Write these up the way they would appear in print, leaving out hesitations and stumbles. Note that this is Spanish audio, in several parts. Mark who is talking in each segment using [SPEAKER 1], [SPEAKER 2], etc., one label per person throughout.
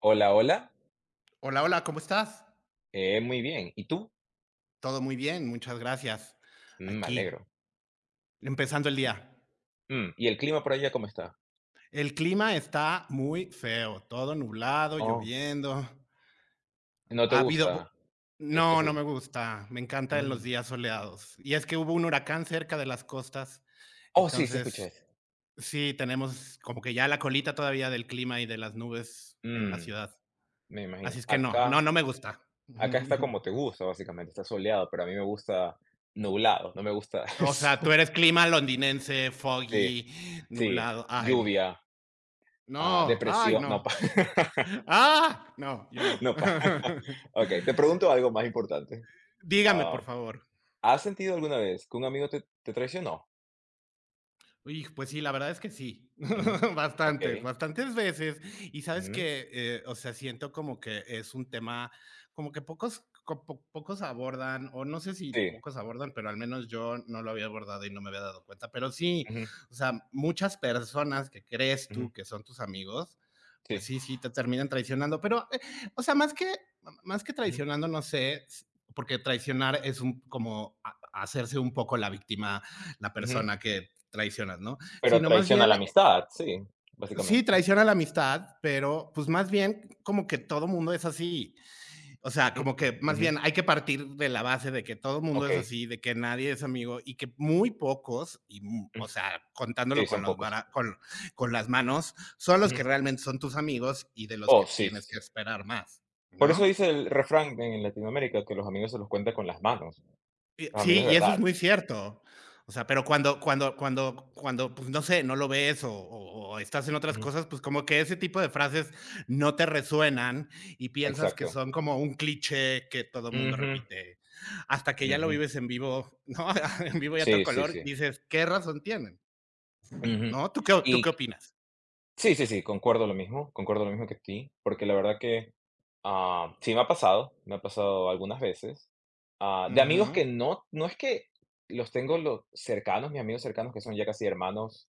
[SPEAKER 1] Hola, hola.
[SPEAKER 2] Hola, hola, ¿cómo estás?
[SPEAKER 1] Muy bien. ¿Y tú?
[SPEAKER 2] Todo muy bien, muchas gracias.
[SPEAKER 1] Mm, me
[SPEAKER 2] Aquí,
[SPEAKER 1] alegro.
[SPEAKER 2] empezando el día.
[SPEAKER 1] Mm, ¿y el clima por allá cómo está?
[SPEAKER 2] El clima está muy feo, todo nublado,
[SPEAKER 1] Oh,
[SPEAKER 2] lloviendo.
[SPEAKER 1] ¿no te
[SPEAKER 2] Ha habido bu
[SPEAKER 1] gusta que esté
[SPEAKER 2] No, no
[SPEAKER 1] así?
[SPEAKER 2] me gusta, me encantan los
[SPEAKER 1] Mm.
[SPEAKER 2] días soleados. Y es que hubo un huracán cerca de las costas,
[SPEAKER 1] Oh, sí, sí
[SPEAKER 2] entonces,
[SPEAKER 1] escuché.
[SPEAKER 2] sí, tenemos como que ya la colita todavía del clima y de las nubes en la
[SPEAKER 1] Mm,
[SPEAKER 2] ciudad.
[SPEAKER 1] me
[SPEAKER 2] Así
[SPEAKER 1] imagino.
[SPEAKER 2] es que no, no,
[SPEAKER 1] Acá,
[SPEAKER 2] no me gusta.
[SPEAKER 1] acá está como te gusta, básicamente. Está soleado, pero a mí me gusta nublado. No me gusta el
[SPEAKER 2] O sea,
[SPEAKER 1] sol.
[SPEAKER 2] tú eres clima londinense,
[SPEAKER 1] Sí,
[SPEAKER 2] foggy,
[SPEAKER 1] sí.
[SPEAKER 2] nublado. Ay, no.
[SPEAKER 1] Lluvia,
[SPEAKER 2] No, ay,
[SPEAKER 1] depresión. No, pa.
[SPEAKER 2] no. Ah, no, yo no.
[SPEAKER 1] No, pa. Ok, te pregunto algo más importante.
[SPEAKER 2] Dígame,
[SPEAKER 1] Ah,
[SPEAKER 2] por favor.
[SPEAKER 1] ¿Has sentido alguna vez que un amigo te traicionó?
[SPEAKER 2] Uy, pues sí, la verdad es que sí.
[SPEAKER 1] Mm,
[SPEAKER 2] Bastantes,
[SPEAKER 1] ok.
[SPEAKER 2] bastantes veces. Y sabes
[SPEAKER 1] Mm,
[SPEAKER 2] que, o sea, siento como que es un tema, como que pocos, pocos abordan, o no sé si
[SPEAKER 1] sí.
[SPEAKER 2] pocos abordan, pero al menos yo no lo había abordado y no me había dado cuenta. Pero sí, o sea, muchas personas que crees
[SPEAKER 1] Ujú,
[SPEAKER 2] tú que son tus amigos,
[SPEAKER 1] sí,
[SPEAKER 2] pues sí, sí, te terminan traicionando. Pero, o sea, más que
[SPEAKER 1] ujú,
[SPEAKER 2] traicionando, no sé, porque traicionar es un, como hacerse un poco la víctima la
[SPEAKER 1] ujú,
[SPEAKER 2] persona que traicionas, ¿no?
[SPEAKER 1] pero
[SPEAKER 2] Sino más
[SPEAKER 1] traiciona la
[SPEAKER 2] bien,
[SPEAKER 1] amistad, sí,
[SPEAKER 2] sí,
[SPEAKER 1] básicamente.
[SPEAKER 2] traiciona la amistad, pero pues más bien como que todo mundo es así. O sea,
[SPEAKER 1] Mm,
[SPEAKER 2] como que más
[SPEAKER 1] ujú,
[SPEAKER 2] bien hay que partir de la base de que todo mundo es
[SPEAKER 1] okey,
[SPEAKER 2] así, de que nadie es amigo y que muy pocos,
[SPEAKER 1] mm,
[SPEAKER 2] o sea, contándolo
[SPEAKER 1] sí,
[SPEAKER 2] con,
[SPEAKER 1] son pocos.
[SPEAKER 2] con las manos, son los
[SPEAKER 1] Ujú.
[SPEAKER 2] que realmente son tus amigos y de los
[SPEAKER 1] Oh,
[SPEAKER 2] que
[SPEAKER 1] sí, sí,
[SPEAKER 2] tienes
[SPEAKER 1] sí.
[SPEAKER 2] que esperar más,
[SPEAKER 1] Por eso
[SPEAKER 2] ¿no?
[SPEAKER 1] dice el refrán en Latinoamérica que los amigos se los cuenta con las manos, los amigos
[SPEAKER 2] Sí,
[SPEAKER 1] de
[SPEAKER 2] y eso es
[SPEAKER 1] verdad.
[SPEAKER 2] muy cierto. O sea, pero cuando, pues, no sé, no lo ves o estás en otras
[SPEAKER 1] Ujú,
[SPEAKER 2] cosas, pues, como que ese tipo de frases no te resuenan y piensas que
[SPEAKER 1] exacto.
[SPEAKER 2] son como un cliché que todo el mundo
[SPEAKER 1] Ujú,
[SPEAKER 2] repite. Hasta que ya lo
[SPEAKER 1] ujú.
[SPEAKER 2] vives en vivo, ¿no? En vivo y a todo
[SPEAKER 1] Sí, sí,
[SPEAKER 2] color,
[SPEAKER 1] sí.
[SPEAKER 2] dices: "¿Qué razón tienen?",
[SPEAKER 1] Ujú.
[SPEAKER 2] ¿no? Tú qué
[SPEAKER 1] Y
[SPEAKER 2] opinas?
[SPEAKER 1] sí, sí, sí, concuerdo lo mismo que ti, porque la verdad que sí me ha pasado algunas veces. Ah, de amigos
[SPEAKER 2] Ujú,
[SPEAKER 1] que no es que los tengo los cercanos, mis amigos cercanos que son ya casi hermanos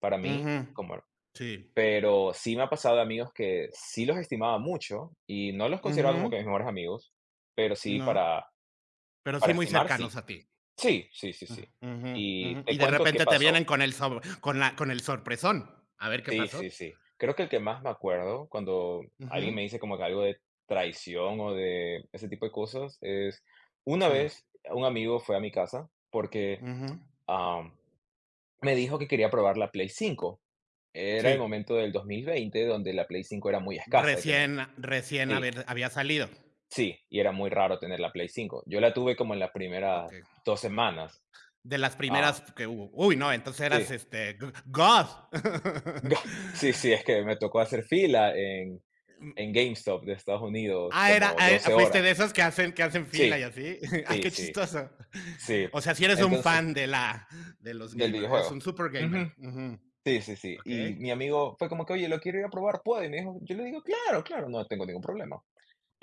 [SPEAKER 1] para mí,
[SPEAKER 2] ujú.
[SPEAKER 1] como
[SPEAKER 2] Sí.
[SPEAKER 1] pero sí me ha pasado de amigos que sí los estimaba mucho y no los consideraba como
[SPEAKER 2] Ujú.
[SPEAKER 1] que mis mejores amigos, pero sí
[SPEAKER 2] No,
[SPEAKER 1] para
[SPEAKER 2] pero sí
[SPEAKER 1] para
[SPEAKER 2] muy
[SPEAKER 1] estimar, sí.
[SPEAKER 2] cercanos a ti.
[SPEAKER 1] Sí, sí, sí, sí.
[SPEAKER 2] Ujú,
[SPEAKER 1] Y
[SPEAKER 2] ujú.
[SPEAKER 1] te
[SPEAKER 2] Y de
[SPEAKER 1] cuento qué
[SPEAKER 2] repente te
[SPEAKER 1] pasó.
[SPEAKER 2] vienen con el sobre con la con el sorpresón. A ver qué
[SPEAKER 1] Sí, sí,
[SPEAKER 2] pasó.
[SPEAKER 1] sí. Creo que el que más me acuerdo cuando alguien me
[SPEAKER 2] Ujú.
[SPEAKER 1] dice como que algo de traición o de ese tipo de cosas es una
[SPEAKER 2] Sí.
[SPEAKER 1] vez un amigo fue a mi casa porque
[SPEAKER 2] Ujú.
[SPEAKER 1] am, me dijo que quería probar la Play 5. Era el
[SPEAKER 2] Sí.
[SPEAKER 1] momento del 2020 donde la Play 5 era muy escasa de tener.
[SPEAKER 2] Recién recién
[SPEAKER 1] Sí,
[SPEAKER 2] haber había salido.
[SPEAKER 1] sí, y era muy raro tener la Play 5. Yo la tuve como en las primeras
[SPEAKER 2] Okey.
[SPEAKER 1] 2 semanas.
[SPEAKER 2] De las
[SPEAKER 1] Ah,
[SPEAKER 2] primeras que hubo. Uy, no, entonces
[SPEAKER 1] sí.
[SPEAKER 2] eras, este, g god.
[SPEAKER 1] Sí, sí, es que me tocó hacer fila en GameStop de Estados Unidos
[SPEAKER 2] Ah,
[SPEAKER 1] como 12
[SPEAKER 2] fuiste
[SPEAKER 1] horas.
[SPEAKER 2] de esos que hacen
[SPEAKER 1] Sí,
[SPEAKER 2] fila y así. Ay,
[SPEAKER 1] sí,
[SPEAKER 2] qué
[SPEAKER 1] sí,
[SPEAKER 2] chistoso.
[SPEAKER 1] sí.
[SPEAKER 2] O sea, si eres un
[SPEAKER 1] Entonces,
[SPEAKER 2] fan de los
[SPEAKER 1] del
[SPEAKER 2] gamers eres
[SPEAKER 1] videojuego.
[SPEAKER 2] un super
[SPEAKER 1] Ujú.
[SPEAKER 2] gamer. Ujú.
[SPEAKER 1] Sí, sí, sí. Y
[SPEAKER 2] Okey.
[SPEAKER 1] mi amigo fue como que: "Oye, lo quiero ir a probar, ¿puedo?". Y me dijo yo le digo: "Claro, claro, no tengo ningún problema".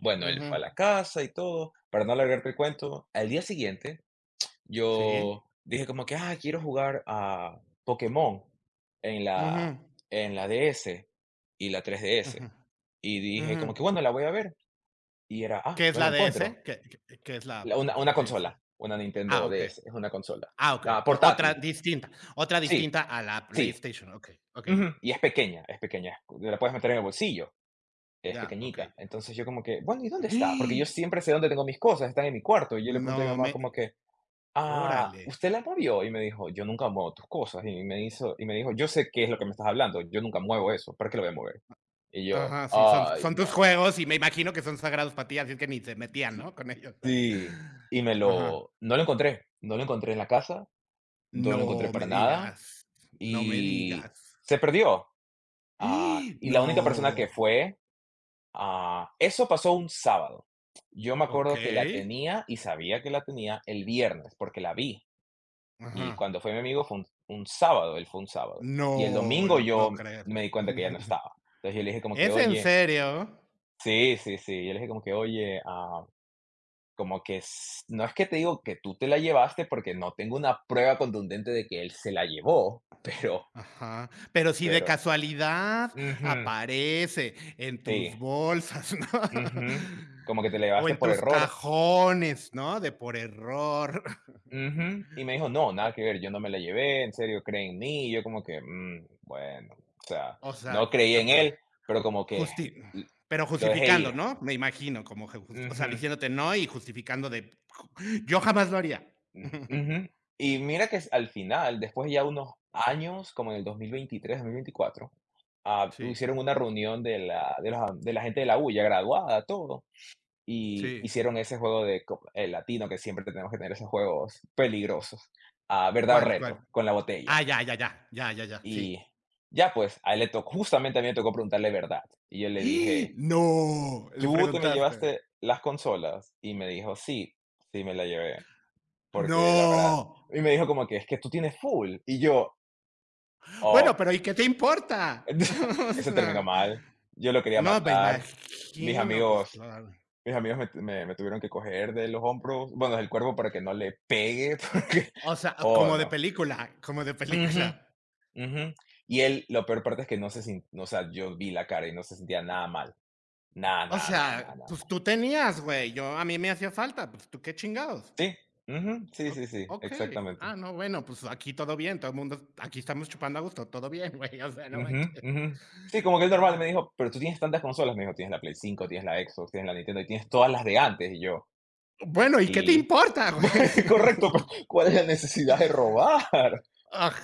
[SPEAKER 1] Bueno, él fue
[SPEAKER 2] Ujú.
[SPEAKER 1] a la casa y todo. Para no alargarte el cuento, al día siguiente yo
[SPEAKER 2] Sí.
[SPEAKER 1] dije como que: "Ah, quiero jugar a Pokémon en la
[SPEAKER 2] Ujú.
[SPEAKER 1] en la DS y la 3DS".
[SPEAKER 2] Ujú,
[SPEAKER 1] Y dije
[SPEAKER 2] ujú.
[SPEAKER 1] como que: "Bueno, la voy a ver". Y era: "Ah,
[SPEAKER 2] ¿Qué es
[SPEAKER 1] no la
[SPEAKER 2] la
[SPEAKER 1] encuentro".
[SPEAKER 2] DS? Qué es
[SPEAKER 1] La
[SPEAKER 2] la
[SPEAKER 1] una
[SPEAKER 2] D
[SPEAKER 1] una consola,
[SPEAKER 2] DS?
[SPEAKER 1] una
[SPEAKER 2] Ah,
[SPEAKER 1] Nintendo
[SPEAKER 2] okey.
[SPEAKER 1] DS, es una consola.
[SPEAKER 2] Ah, okey.
[SPEAKER 1] Ah, portátil.
[SPEAKER 2] Otra
[SPEAKER 1] Sí.
[SPEAKER 2] distinta a la
[SPEAKER 1] Sí,
[SPEAKER 2] PlayStation. Okey, okey.
[SPEAKER 1] ujú, y es pequeña, la puedes meter en el bolsillo, es
[SPEAKER 2] Ya,
[SPEAKER 1] pequeñita.
[SPEAKER 2] okey.
[SPEAKER 1] Entonces yo como que, bueno, ¿y dónde está? Porque yo siempre sé dónde tengo mis cosas, están en mi cuarto. Y yo le
[SPEAKER 2] No
[SPEAKER 1] pregunté a mi mamá
[SPEAKER 2] me
[SPEAKER 1] como que, ah,
[SPEAKER 2] Órale.
[SPEAKER 1] ¿usted la movió? Y me dijo, yo nunca muevo tus cosas. Y me hizo, y me dijo, yo sé qué es lo que me estás hablando, yo nunca muevo eso, ¿para qué lo voy a mover? Y yo,
[SPEAKER 2] Ajá, sí,
[SPEAKER 1] ay,
[SPEAKER 2] son tus
[SPEAKER 1] no.
[SPEAKER 2] juegos y me imagino que son sagrados para ti, así es que ni se metían, ¿no? Con ellos.
[SPEAKER 1] Sí, y me
[SPEAKER 2] Ajá.
[SPEAKER 1] lo, no lo encontré, no lo encontré en la casa, no lo encontré
[SPEAKER 2] No
[SPEAKER 1] para
[SPEAKER 2] me
[SPEAKER 1] nada
[SPEAKER 2] digas, no me
[SPEAKER 1] y
[SPEAKER 2] digas.
[SPEAKER 1] se perdió. Ah,
[SPEAKER 2] ¡Ah!
[SPEAKER 1] y la única persona que
[SPEAKER 2] No.
[SPEAKER 1] fue Ah, eso pasó un sábado. Yo me acuerdo que la
[SPEAKER 2] Okey.
[SPEAKER 1] tenía y sabía que la tenía el viernes porque la vi.
[SPEAKER 2] Ajá.
[SPEAKER 1] Y cuando fue mi amigo fue un sábado, él fue un sábado. Y el
[SPEAKER 2] No
[SPEAKER 1] domingo
[SPEAKER 2] lo
[SPEAKER 1] yo
[SPEAKER 2] puedo creer.
[SPEAKER 1] me di cuenta que ya no estaba. Entonces yo le dije como que,
[SPEAKER 2] ¿Es en
[SPEAKER 1] oye,
[SPEAKER 2] serio?
[SPEAKER 1] sí, sí, sí. Yo le dije como que, oye, ah, como que no es que te digo que tú te la llevaste porque no tengo una prueba contundente de que él se la llevó, pero,
[SPEAKER 2] Ajá. Pero si de
[SPEAKER 1] pero,
[SPEAKER 2] casualidad
[SPEAKER 1] ujú,
[SPEAKER 2] aparece en
[SPEAKER 1] sí,
[SPEAKER 2] tus bolsas, ¿no?
[SPEAKER 1] ujú, como que te la
[SPEAKER 2] O
[SPEAKER 1] llevaste
[SPEAKER 2] en
[SPEAKER 1] por
[SPEAKER 2] tus
[SPEAKER 1] error.
[SPEAKER 2] cajones, ¿no? De por error.
[SPEAKER 1] Ujú. Y me dijo: "No, nada
[SPEAKER 2] O
[SPEAKER 1] que ver, yo no me la llevé, en serio, cree en mí". Y yo como que, mm, bueno, o sea,
[SPEAKER 2] o
[SPEAKER 1] no
[SPEAKER 2] sea,
[SPEAKER 1] creí en
[SPEAKER 2] ajá.
[SPEAKER 1] él, pero como que
[SPEAKER 2] Justi
[SPEAKER 1] l
[SPEAKER 2] Pero
[SPEAKER 1] lo dejé ir.
[SPEAKER 2] justificando, ¿no? Me imagino, como que jus o sea,
[SPEAKER 1] Ujú,
[SPEAKER 2] diciéndote no y justificando de yo jamás lo haría.
[SPEAKER 1] ujú. Y mira que es- al final, después ya unos años, como en el 2023, 2024, ah,
[SPEAKER 2] Sí,
[SPEAKER 1] hicieron una reunión de la gente de la U, ya graduada, todo, y
[SPEAKER 2] sí.
[SPEAKER 1] hicieron ese juego de co el latino que siempre tenemos que tener esos juegos peligrosos, ah, verdad o
[SPEAKER 2] ¿Cuál,
[SPEAKER 1] reto,
[SPEAKER 2] cuál?
[SPEAKER 1] con la botella.
[SPEAKER 2] Ah, ya, ya, ya, ya, ya, ya,
[SPEAKER 1] Y
[SPEAKER 2] sí.
[SPEAKER 1] ya, pues, a él le tocó justamente, a mí me tocó preguntarle verdad. Y yo le
[SPEAKER 2] ¡Ah!
[SPEAKER 1] dije:
[SPEAKER 2] No, le
[SPEAKER 1] "¿Tú te me
[SPEAKER 2] preguntaste.
[SPEAKER 1] llevaste las consolas?". Y me dijo: "Sí, sí me la llevé, porque la verdad"
[SPEAKER 2] No.
[SPEAKER 1] y me dijo como que: "Es que tú tienes full". Y yo:
[SPEAKER 2] Bueno, pero
[SPEAKER 1] "Okey".
[SPEAKER 2] ¿y qué te importa? O
[SPEAKER 1] Eso terminó
[SPEAKER 2] sea,
[SPEAKER 1] mal. Yo lo quería
[SPEAKER 2] no, me
[SPEAKER 1] matar. Mis
[SPEAKER 2] imagino, pues
[SPEAKER 1] amigos
[SPEAKER 2] claro.
[SPEAKER 1] mis amigos me tuvieron que coger de los hombros, bueno, del cuerpo para que no le pegue, porque
[SPEAKER 2] O sea,
[SPEAKER 1] oh,
[SPEAKER 2] como de
[SPEAKER 1] no.
[SPEAKER 2] película, como de película.
[SPEAKER 1] Ujú, ujú. Y él, lo peor parte es que no se sin o sea, yo vi la cara y no se sentía nada mal. No,
[SPEAKER 2] O
[SPEAKER 1] no, no, no,
[SPEAKER 2] sea,
[SPEAKER 1] no.
[SPEAKER 2] pues tú tenías, güey. Yo a mí me hacía falta, pues tú qué chingados.
[SPEAKER 1] Sí, ujú, sí, sí, sí,
[SPEAKER 2] Ok.
[SPEAKER 1] exactamente.
[SPEAKER 2] Ah, no, bueno, pues aquí todo bien, todo el mundo, aquí estamos chupando a gusto, todo bien, güey. O sea, no
[SPEAKER 1] Ujú,
[SPEAKER 2] manches.
[SPEAKER 1] ujú. Sí, como que es normal, me dijo: "Pero tú tienes tantas consolas", me dijo: "Tienes la Play 5 tienes la Xbox, tienes la Nintendo y tienes todas las de antes", y yo:
[SPEAKER 2] Bueno, ¿y qué te
[SPEAKER 1] "Sí".
[SPEAKER 2] importa, güey?
[SPEAKER 1] Correcto, pero ¿cuál es la necesidad de robar?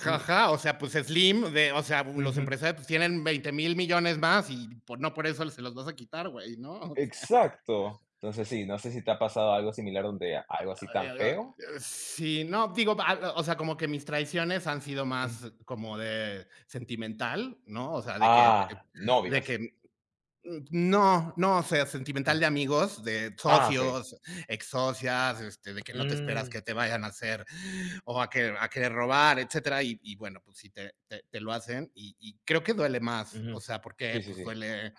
[SPEAKER 1] Mm,
[SPEAKER 2] o sea, pues Slim, o sea, los
[SPEAKER 1] ujú,
[SPEAKER 2] empresarios pues, tienen 20.000 millones más y no por eso se los vas a quitar, güey, ¿no? O sea,
[SPEAKER 1] exacto. Entonces sí, no sé si te ha pasado algo similar donde algo así tan feo.
[SPEAKER 2] sí, no, digo, o sea, como que mis traiciones han sido
[SPEAKER 1] Mm.
[SPEAKER 2] más como de sentimental, ¿no? O sea,
[SPEAKER 1] Ah,
[SPEAKER 2] de
[SPEAKER 1] novias.
[SPEAKER 2] que Mm, No, no, o sea, sentimental
[SPEAKER 1] Mm.
[SPEAKER 2] de amigos, de
[SPEAKER 1] Ah, okey.
[SPEAKER 2] socios, ex socias, de que no te esperas
[SPEAKER 1] Mm,
[SPEAKER 2] que te vayan a hacer a querer robar, etcétera. Y bueno, pues sí te, lo hacen y creo que duele más, o
[SPEAKER 1] ujú.
[SPEAKER 2] sea,
[SPEAKER 1] Sí,
[SPEAKER 2] porque
[SPEAKER 1] sí,
[SPEAKER 2] pues
[SPEAKER 1] sí.
[SPEAKER 2] duele,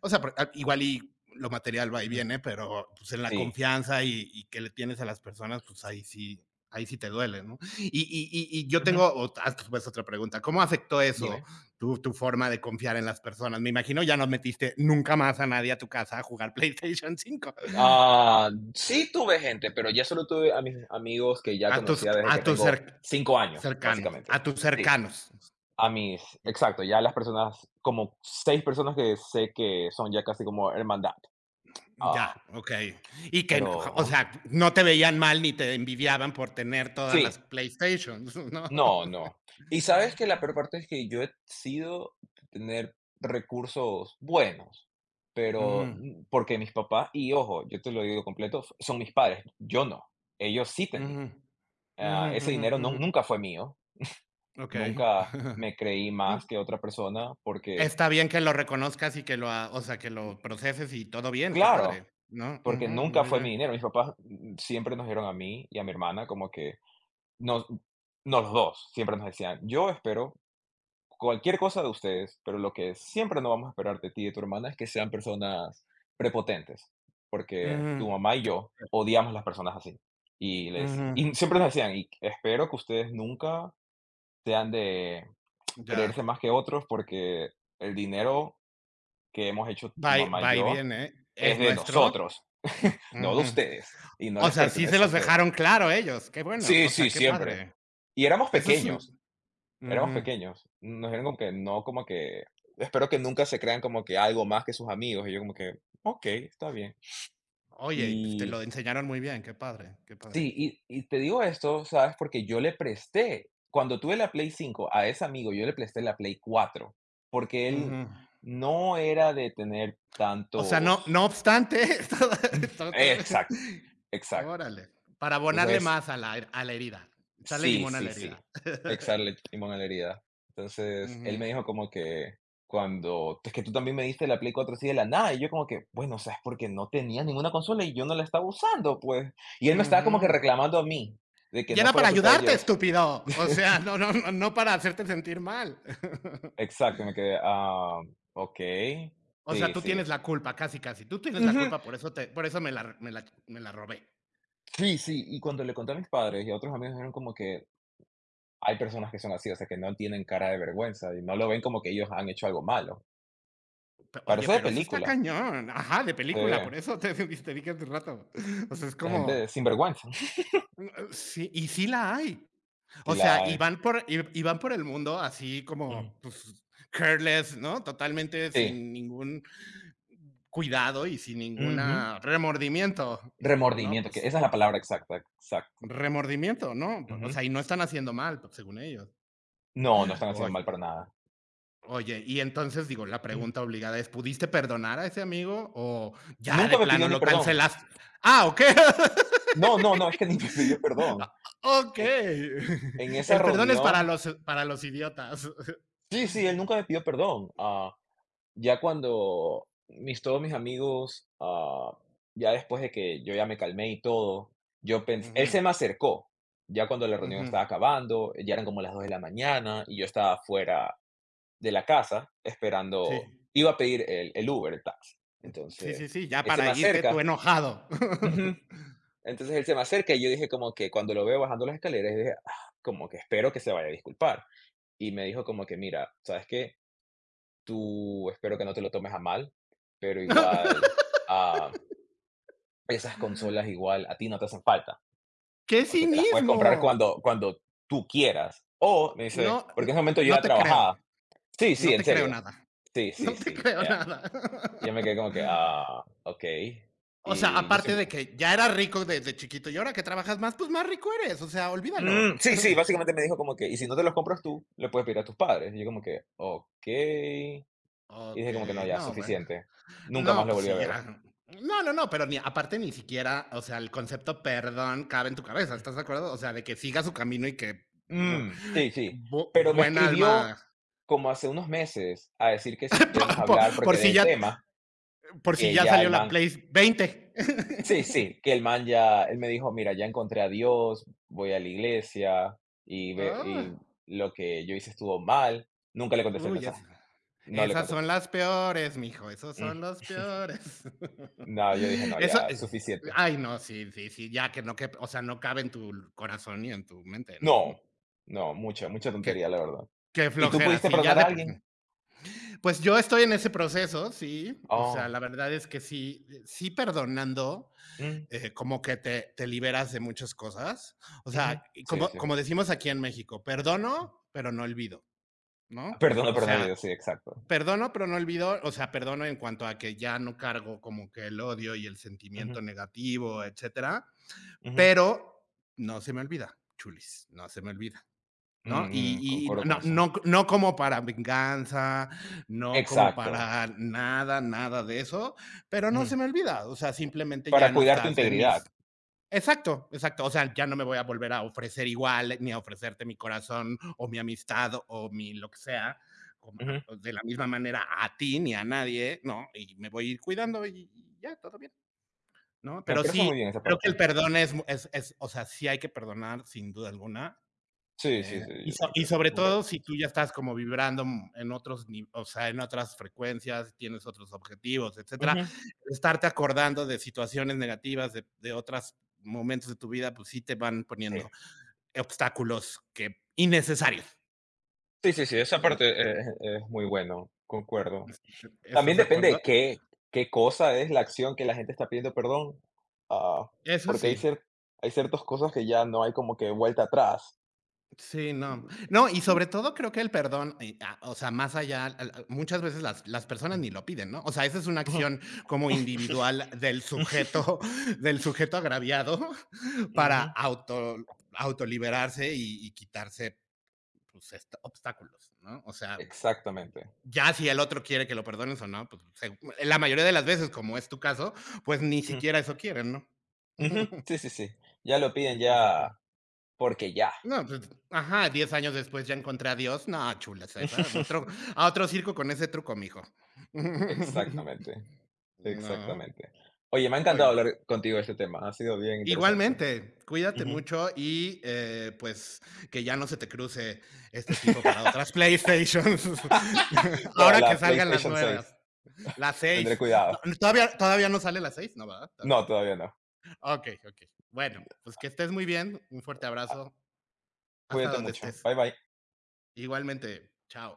[SPEAKER 2] o sea, igual y lo material va y
[SPEAKER 1] Ujú.
[SPEAKER 2] viene, pero pues en la
[SPEAKER 1] Sí.
[SPEAKER 2] confianza y que le tienes a las personas, pues ahí sí te duele, ¿no? Y yo
[SPEAKER 1] Ujú.
[SPEAKER 2] tengo, pues otra pregunta, ¿cómo afectó eso?
[SPEAKER 1] Dime.
[SPEAKER 2] Tu forma de confiar en las personas. Me imagino ya no metiste nunca más a nadie a tu casa a jugar PlayStation 5.
[SPEAKER 1] Ah, sí tuve gente, pero ya solo tuve a mis amigos que ya
[SPEAKER 2] A tus,
[SPEAKER 1] conocía desde
[SPEAKER 2] a
[SPEAKER 1] que
[SPEAKER 2] tus
[SPEAKER 1] tengo
[SPEAKER 2] cer-
[SPEAKER 1] 5 años,
[SPEAKER 2] cercanos,
[SPEAKER 1] básicamente.
[SPEAKER 2] a tus
[SPEAKER 1] Sí,
[SPEAKER 2] cercanos.
[SPEAKER 1] a mis exacto, ya las personas, como 6 personas que sé que son ya casi como hermandad. Ah,
[SPEAKER 2] Ya, ok. Y
[SPEAKER 1] pero
[SPEAKER 2] que, o
[SPEAKER 1] ujú.
[SPEAKER 2] sea, no te veían mal ni te envidiaban por tener todas
[SPEAKER 1] Sí,
[SPEAKER 2] las PlayStations, ¿no?
[SPEAKER 1] no, no. Y sabes que la peor parte es que yo he sido tener recursos buenos,
[SPEAKER 2] Ujú,
[SPEAKER 1] pero, mm, porque mis papás y ojo, yo te lo digo completo, son mis padres, yo no, ellos sí tenían.
[SPEAKER 2] ujú, ujú,
[SPEAKER 1] Ah, ese
[SPEAKER 2] ujú,
[SPEAKER 1] dinero no,
[SPEAKER 2] ujú.
[SPEAKER 1] nunca fue mío.
[SPEAKER 2] Ok.
[SPEAKER 1] Nunca me creí
[SPEAKER 2] Mm,
[SPEAKER 1] más que otra persona porque
[SPEAKER 2] Está bien que lo reconozcas y que o sea, que lo proceses y todo bien, qué
[SPEAKER 1] claro,
[SPEAKER 2] padre, ¿no?
[SPEAKER 1] porque
[SPEAKER 2] Ujú,
[SPEAKER 1] nunca
[SPEAKER 2] muy
[SPEAKER 1] fue mi
[SPEAKER 2] bien.
[SPEAKER 1] dinero. Mis papás mm, siempre nos dieron a mí y a mi hermana como que nos nos los 2 siempre nos decían: "Yo espero cualquier cosa de ustedes, pero lo que siempre no vamos a esperar de ti y de tu hermana es que sean personas prepotentes, porque
[SPEAKER 2] Ujú,
[SPEAKER 1] tu mamá y yo odiamos las personas así". Y les
[SPEAKER 2] ujú.
[SPEAKER 1] y siempre nos decían: "Y espero que ustedes nunca sean de creerse
[SPEAKER 2] Ya,
[SPEAKER 1] más que otros, porque el dinero que hemos hecho tu mamá y
[SPEAKER 2] va y
[SPEAKER 1] yo,
[SPEAKER 2] viene, ¿eh?
[SPEAKER 1] es
[SPEAKER 2] ¿Es
[SPEAKER 1] de
[SPEAKER 2] nuestro?
[SPEAKER 1] nosotros, no de
[SPEAKER 2] Ujú.
[SPEAKER 1] ustedes, y no
[SPEAKER 2] O
[SPEAKER 1] les
[SPEAKER 2] sea, sí
[SPEAKER 1] pertenece
[SPEAKER 2] se
[SPEAKER 1] a
[SPEAKER 2] los
[SPEAKER 1] ustedes.
[SPEAKER 2] dejaron claro ellos, qué bueno,
[SPEAKER 1] Sí,
[SPEAKER 2] o
[SPEAKER 1] sí,
[SPEAKER 2] sea, qué
[SPEAKER 1] siempre.
[SPEAKER 2] padre.
[SPEAKER 1] Y éramos
[SPEAKER 2] Eso es
[SPEAKER 1] pequeños,
[SPEAKER 2] un
[SPEAKER 1] éramos
[SPEAKER 2] Ujú.
[SPEAKER 1] pequeños. Nos dijeron como que no, como que espero que nunca se crean como que algo más que sus amigos. Y yo como que, ok, está bien.
[SPEAKER 2] Oye, y pues te
[SPEAKER 1] Y
[SPEAKER 2] lo enseñaron muy bien, qué padre, qué padre.
[SPEAKER 1] sí, y te digo esto, ¿sabes? Porque yo le presté, cuando tuve la Play 5 a ese amigo, yo le presté la Play 4 porque él
[SPEAKER 2] Ujú.
[SPEAKER 1] no era de tener
[SPEAKER 2] O sea,
[SPEAKER 1] tantos...
[SPEAKER 2] no obstante, toda toda
[SPEAKER 1] Exacto, exacto.
[SPEAKER 2] órale, para abonarle
[SPEAKER 1] Entonces
[SPEAKER 2] más a la herida, echarle
[SPEAKER 1] sí,
[SPEAKER 2] limón a
[SPEAKER 1] sí,
[SPEAKER 2] la
[SPEAKER 1] sí.
[SPEAKER 2] herida.
[SPEAKER 1] Echarle limón a la herida. Entonces, él
[SPEAKER 2] Ujú,
[SPEAKER 1] me dijo como que cuando es que tú también me diste la Play 4 así de la nada, y yo como que, bueno, o sea, es porque no tenía ninguna consola y yo no la estaba usando, pues. Y él me estaba como que
[SPEAKER 2] ujú.
[SPEAKER 1] reclamando a mí de que
[SPEAKER 2] Y
[SPEAKER 1] no
[SPEAKER 2] era
[SPEAKER 1] fue la
[SPEAKER 2] para
[SPEAKER 1] culpa de
[SPEAKER 2] ayudarte,
[SPEAKER 1] George.
[SPEAKER 2] estúpido, o sea, no, no, no, no para hacerte sentir mal.
[SPEAKER 1] Exacto, me quedé, ah, okey.
[SPEAKER 2] O sea,
[SPEAKER 1] Sí,
[SPEAKER 2] tú
[SPEAKER 1] sí.
[SPEAKER 2] tienes la culpa, casi, casi. Tú tienes la
[SPEAKER 1] Ujú.
[SPEAKER 2] culpa, por eso me la robé.
[SPEAKER 1] Sí, sí, y cuando le conté a mis padres y a otros amigos, dijeron como que hay personas que son así, o sea, que no tienen cara de vergüenza y no lo ven como que ellos han hecho algo malo.
[SPEAKER 2] Pe Oye,
[SPEAKER 1] Parece de
[SPEAKER 2] pero eso está
[SPEAKER 1] película.
[SPEAKER 2] cañón. Ajá, de
[SPEAKER 1] Sí.
[SPEAKER 2] película, por eso te te dije hace rato. O sea, es
[SPEAKER 1] La gente es
[SPEAKER 2] como,
[SPEAKER 1] sinvergüenza.
[SPEAKER 2] sí, y sí la hay.
[SPEAKER 1] Sí
[SPEAKER 2] O
[SPEAKER 1] la
[SPEAKER 2] sea, y
[SPEAKER 1] hay.
[SPEAKER 2] van por el mundo así
[SPEAKER 1] Ujú.
[SPEAKER 2] como, pues, careless, ¿no? Totalmente
[SPEAKER 1] Sí.
[SPEAKER 2] sin ningún cuidado y sin
[SPEAKER 1] Ujú.
[SPEAKER 2] ninguna remordimiento. No,
[SPEAKER 1] Remordimiento, que
[SPEAKER 2] pues,
[SPEAKER 1] esa es la palabra exacta, exacto.
[SPEAKER 2] remordimiento, ¿no? O
[SPEAKER 1] Ujú.
[SPEAKER 2] sea, y no están haciendo mal, pues, según ellos.
[SPEAKER 1] No, no están haciendo mal para nada.
[SPEAKER 2] Oye, y entonces, digo, la
[SPEAKER 1] Mm.
[SPEAKER 2] pregunta obligada es, ¿pudiste perdonar a ese amigo o ya
[SPEAKER 1] Nunca
[SPEAKER 2] de
[SPEAKER 1] me pidió
[SPEAKER 2] plano
[SPEAKER 1] ni
[SPEAKER 2] lo
[SPEAKER 1] perdón.
[SPEAKER 2] cancelas? Ah, okey.
[SPEAKER 1] No, no, no, es que ni me pidió
[SPEAKER 2] Ah,
[SPEAKER 1] perdón. En
[SPEAKER 2] okey.
[SPEAKER 1] en esa
[SPEAKER 2] El perdón es
[SPEAKER 1] reunión
[SPEAKER 2] para los idiotas.
[SPEAKER 1] sí, sí, él nunca me pidió perdón. Ah, ya cuando mis todos mis amigos, ah, ya después de que yo ya me calmé y todo, yo pens él se
[SPEAKER 2] Ujú,
[SPEAKER 1] me acercó, ya cuando la reunión
[SPEAKER 2] ujú.
[SPEAKER 1] estaba acabando, ya eran como las 2 de la mañana y yo estaba afuera de la casa esperando,
[SPEAKER 2] Sí,
[SPEAKER 1] iba a pedir el Uber, el taxi.
[SPEAKER 2] sí,
[SPEAKER 1] Entonces,
[SPEAKER 2] sí, sí, ya
[SPEAKER 1] él se
[SPEAKER 2] para
[SPEAKER 1] me
[SPEAKER 2] irte tú
[SPEAKER 1] acerca.
[SPEAKER 2] enojado.
[SPEAKER 1] Ujú. Entonces él se me acerca y yo dije como que cuando lo veo bajando las escaleras, dije, "Ah, como que espero que se vaya a disculpar. Y me dijo como que, mira, ¿sabes qué? Tú espero que no te lo tomes a mal, pero igual ah, esas consolas igual a ti no te hacen falta,
[SPEAKER 2] ¡Qué
[SPEAKER 1] porque te las puedes comprar
[SPEAKER 2] cinismo!
[SPEAKER 1] cuando, cuando tú quieras. O me dice,
[SPEAKER 2] No, n
[SPEAKER 1] porque en ese momento yo
[SPEAKER 2] no
[SPEAKER 1] ya
[SPEAKER 2] te creo,
[SPEAKER 1] trabajaba. Sí, sí,
[SPEAKER 2] no
[SPEAKER 1] en
[SPEAKER 2] te creo
[SPEAKER 1] serio.
[SPEAKER 2] nada,
[SPEAKER 1] Sí, sí,
[SPEAKER 2] no te
[SPEAKER 1] sí.
[SPEAKER 2] creo nada.
[SPEAKER 1] Y yo me quedé como que, ah, okey.
[SPEAKER 2] O sea,
[SPEAKER 1] Y yo
[SPEAKER 2] aparte
[SPEAKER 1] siempre
[SPEAKER 2] de que ya era rico desde chiquito y ahora que trabajas más, pues más rico eres. O sea,
[SPEAKER 1] mm,
[SPEAKER 2] olvídalo.
[SPEAKER 1] sí, sí, básicamente me dijo como que: "Y si no te los compras tú, le puedes pedir a tus padres". Y yo como que: "Okey". Y
[SPEAKER 2] Ok,
[SPEAKER 1] dije como que: "No, ya,
[SPEAKER 2] no, bueno.
[SPEAKER 1] suficiente". Nunca más
[SPEAKER 2] No,
[SPEAKER 1] lo
[SPEAKER 2] pues
[SPEAKER 1] volví a
[SPEAKER 2] sí,
[SPEAKER 1] ver.
[SPEAKER 2] ya. No, no, no, pero ni aparte ni siquiera, o sea, el concepto perdón cabe en tu cabeza, ¿estás de acuerdo? O sea, de que siga su camino y que
[SPEAKER 1] Mm, sí, sí. Pero me
[SPEAKER 2] buen
[SPEAKER 1] escribió
[SPEAKER 2] alma.
[SPEAKER 1] como hace unos meses a decir que si podíamos
[SPEAKER 2] por,
[SPEAKER 1] hablar,
[SPEAKER 2] por
[SPEAKER 1] porque
[SPEAKER 2] por si
[SPEAKER 1] del
[SPEAKER 2] ya
[SPEAKER 1] tema,
[SPEAKER 2] por si
[SPEAKER 1] que
[SPEAKER 2] ya
[SPEAKER 1] ya
[SPEAKER 2] salió
[SPEAKER 1] el
[SPEAKER 2] la
[SPEAKER 1] man
[SPEAKER 2] Play 20.
[SPEAKER 1] sí, sí, que el man ya él me dijo: "Mira, ya encontré a Dios, voy a la iglesia y ve
[SPEAKER 2] Ah.
[SPEAKER 1] y lo que yo hice estuvo mal". Nunca le contesté el
[SPEAKER 2] Uy,
[SPEAKER 1] mensaje.
[SPEAKER 2] es
[SPEAKER 1] No le
[SPEAKER 2] esas son
[SPEAKER 1] contesté.
[SPEAKER 2] las peores, mijo, esos
[SPEAKER 1] Mm,
[SPEAKER 2] son los peores.
[SPEAKER 1] no, yo dije: "No,
[SPEAKER 2] Eso
[SPEAKER 1] ya, suficiente".
[SPEAKER 2] Ay, no, sí, sí, sí, ya, que no que o sea, no cabe en tu corazón ni en tu mente, ¿no?
[SPEAKER 1] No, no, mucha, mucha
[SPEAKER 2] Qué
[SPEAKER 1] tontería, la verdad.
[SPEAKER 2] qué
[SPEAKER 1] ¿Y tú
[SPEAKER 2] flojera,
[SPEAKER 1] pudiste
[SPEAKER 2] sí, ya
[SPEAKER 1] perdonar a
[SPEAKER 2] de por sí.
[SPEAKER 1] alguien?
[SPEAKER 2] Pues yo estoy en ese proceso, sí, o sea, la
[SPEAKER 1] Oh,
[SPEAKER 2] verdad es que sí, sí perdonando,
[SPEAKER 1] mm,
[SPEAKER 2] como que te liberas de muchas cosas, o
[SPEAKER 1] ujú.
[SPEAKER 2] sea, y
[SPEAKER 1] Sí, sí.
[SPEAKER 2] como decimos aquí en México: "Perdono, pero no olvido", ¿no?
[SPEAKER 1] Perdona,
[SPEAKER 2] O
[SPEAKER 1] perdona video,
[SPEAKER 2] sea,
[SPEAKER 1] sí, exacto.
[SPEAKER 2] perdono, pero no olvido, o sea, perdono en cuanto a que ya no cargo como que el odio y el
[SPEAKER 1] Ujú,
[SPEAKER 2] sentimiento negativo, etcétera,
[SPEAKER 1] ujú.
[SPEAKER 2] pero no se me olvida, chulis, no se me olvida, ¿no?
[SPEAKER 1] Mm, mm,
[SPEAKER 2] Y
[SPEAKER 1] concuerdo con
[SPEAKER 2] no,
[SPEAKER 1] eso.
[SPEAKER 2] no, no como para venganza, no como
[SPEAKER 1] Exacto.
[SPEAKER 2] para nada, nada de eso, pero no se
[SPEAKER 1] Mm,
[SPEAKER 2] me olvida, o sea, simplemente ya
[SPEAKER 1] para
[SPEAKER 2] no
[SPEAKER 1] cuidar tu
[SPEAKER 2] estás en
[SPEAKER 1] integridad.
[SPEAKER 2] mis. Exacto, exacto. O sea, ya no me voy a volver a ofrecer igual, ni a ofrecerte mi corazón o mi amistad o mi lo que sea,
[SPEAKER 1] Ujú.
[SPEAKER 2] de la misma manera a ti ni a nadie, ¿no? Y me voy a ir cuidando y ya, todo bien, ¿no?
[SPEAKER 1] Me
[SPEAKER 2] Pero
[SPEAKER 1] parece
[SPEAKER 2] sí,
[SPEAKER 1] muy bien esa
[SPEAKER 2] creo que
[SPEAKER 1] parte.
[SPEAKER 2] el perdón es, o sea, sí hay que perdonar sin duda alguna,
[SPEAKER 1] Sí, sí, sí, yo también
[SPEAKER 2] y
[SPEAKER 1] creo,
[SPEAKER 2] sobre
[SPEAKER 1] concuerdo.
[SPEAKER 2] todo si tú ya estás como vibrando en otros, ni- o sea, en otras frecuencias, tienes otros objetivos, etcétera,
[SPEAKER 1] Ujú,
[SPEAKER 2] estarte acordando de situaciones negativas de otros momentos de tu vida, pues sí te van
[SPEAKER 1] sí.
[SPEAKER 2] poniendo obstáculos que innecesarios.
[SPEAKER 1] Sí, sí, sí, esa parte es muy bueno, concuerdo.
[SPEAKER 2] ¿Estás
[SPEAKER 1] También
[SPEAKER 2] de
[SPEAKER 1] depende
[SPEAKER 2] acuerdo?
[SPEAKER 1] de qué cosa es la acción que la gente está pidiendo perdón, ah,
[SPEAKER 2] Eso
[SPEAKER 1] porque
[SPEAKER 2] sí.
[SPEAKER 1] hay ciertas cosas que ya no hay como que vuelta atrás.
[SPEAKER 2] Sí, no. No, y
[SPEAKER 1] L
[SPEAKER 2] sobre todo creo que el perdón, o sea, más allá, muchas veces las personas ni lo piden, ¿no? O sea, esa es una
[SPEAKER 1] ujú,
[SPEAKER 2] acción como individual del
[SPEAKER 1] ujú,
[SPEAKER 2] sujeto, del sujeto agraviado para autoliberarse y quitarse pues, obstáculos, ¿no? O sea,
[SPEAKER 1] exactamente.
[SPEAKER 2] ya si el otro quiere que lo perdones o no, pues la mayoría de las veces, como es tu caso, pues ni
[SPEAKER 1] Ujú,
[SPEAKER 2] siquiera eso quieren, ¿no?
[SPEAKER 1] ujú, sí, sí, sí. Ya lo piden
[SPEAKER 2] Estás acá.
[SPEAKER 1] ya porque ya.
[SPEAKER 2] No, pues, ajá, 10 años después ya encontré a Dios. No, chula, ¿sabes? A otro circo con ese truco, mijo.
[SPEAKER 1] Exactamente,
[SPEAKER 2] No,
[SPEAKER 1] exactamente. Oye, me ha encantado
[SPEAKER 2] ay.
[SPEAKER 1] hablar contigo de este tema, ha sido bien interesante.
[SPEAKER 2] Igualmente, cuídate
[SPEAKER 1] Ujú.
[SPEAKER 2] mucho y, pues, que ya no se te cruce este tipo para otras PlayStations.
[SPEAKER 1] Para
[SPEAKER 2] Ahora
[SPEAKER 1] la
[SPEAKER 2] que salgan las
[SPEAKER 1] PlayStation
[SPEAKER 2] nuevas,
[SPEAKER 1] 6
[SPEAKER 2] las
[SPEAKER 1] tendré
[SPEAKER 2] 6.
[SPEAKER 1] cuidado.
[SPEAKER 2] Todavía no sale la 6? No, ¿verdad? Todavía no.
[SPEAKER 1] No, todavía no.
[SPEAKER 2] Okey, okey. Bueno, pues que estés muy bien. Un fuerte
[SPEAKER 1] Ah,
[SPEAKER 2] abrazo hasta
[SPEAKER 1] cuídate
[SPEAKER 2] donde
[SPEAKER 1] mucho.
[SPEAKER 2] estés.
[SPEAKER 1] Bye, bye.
[SPEAKER 2] Igualmente, chao.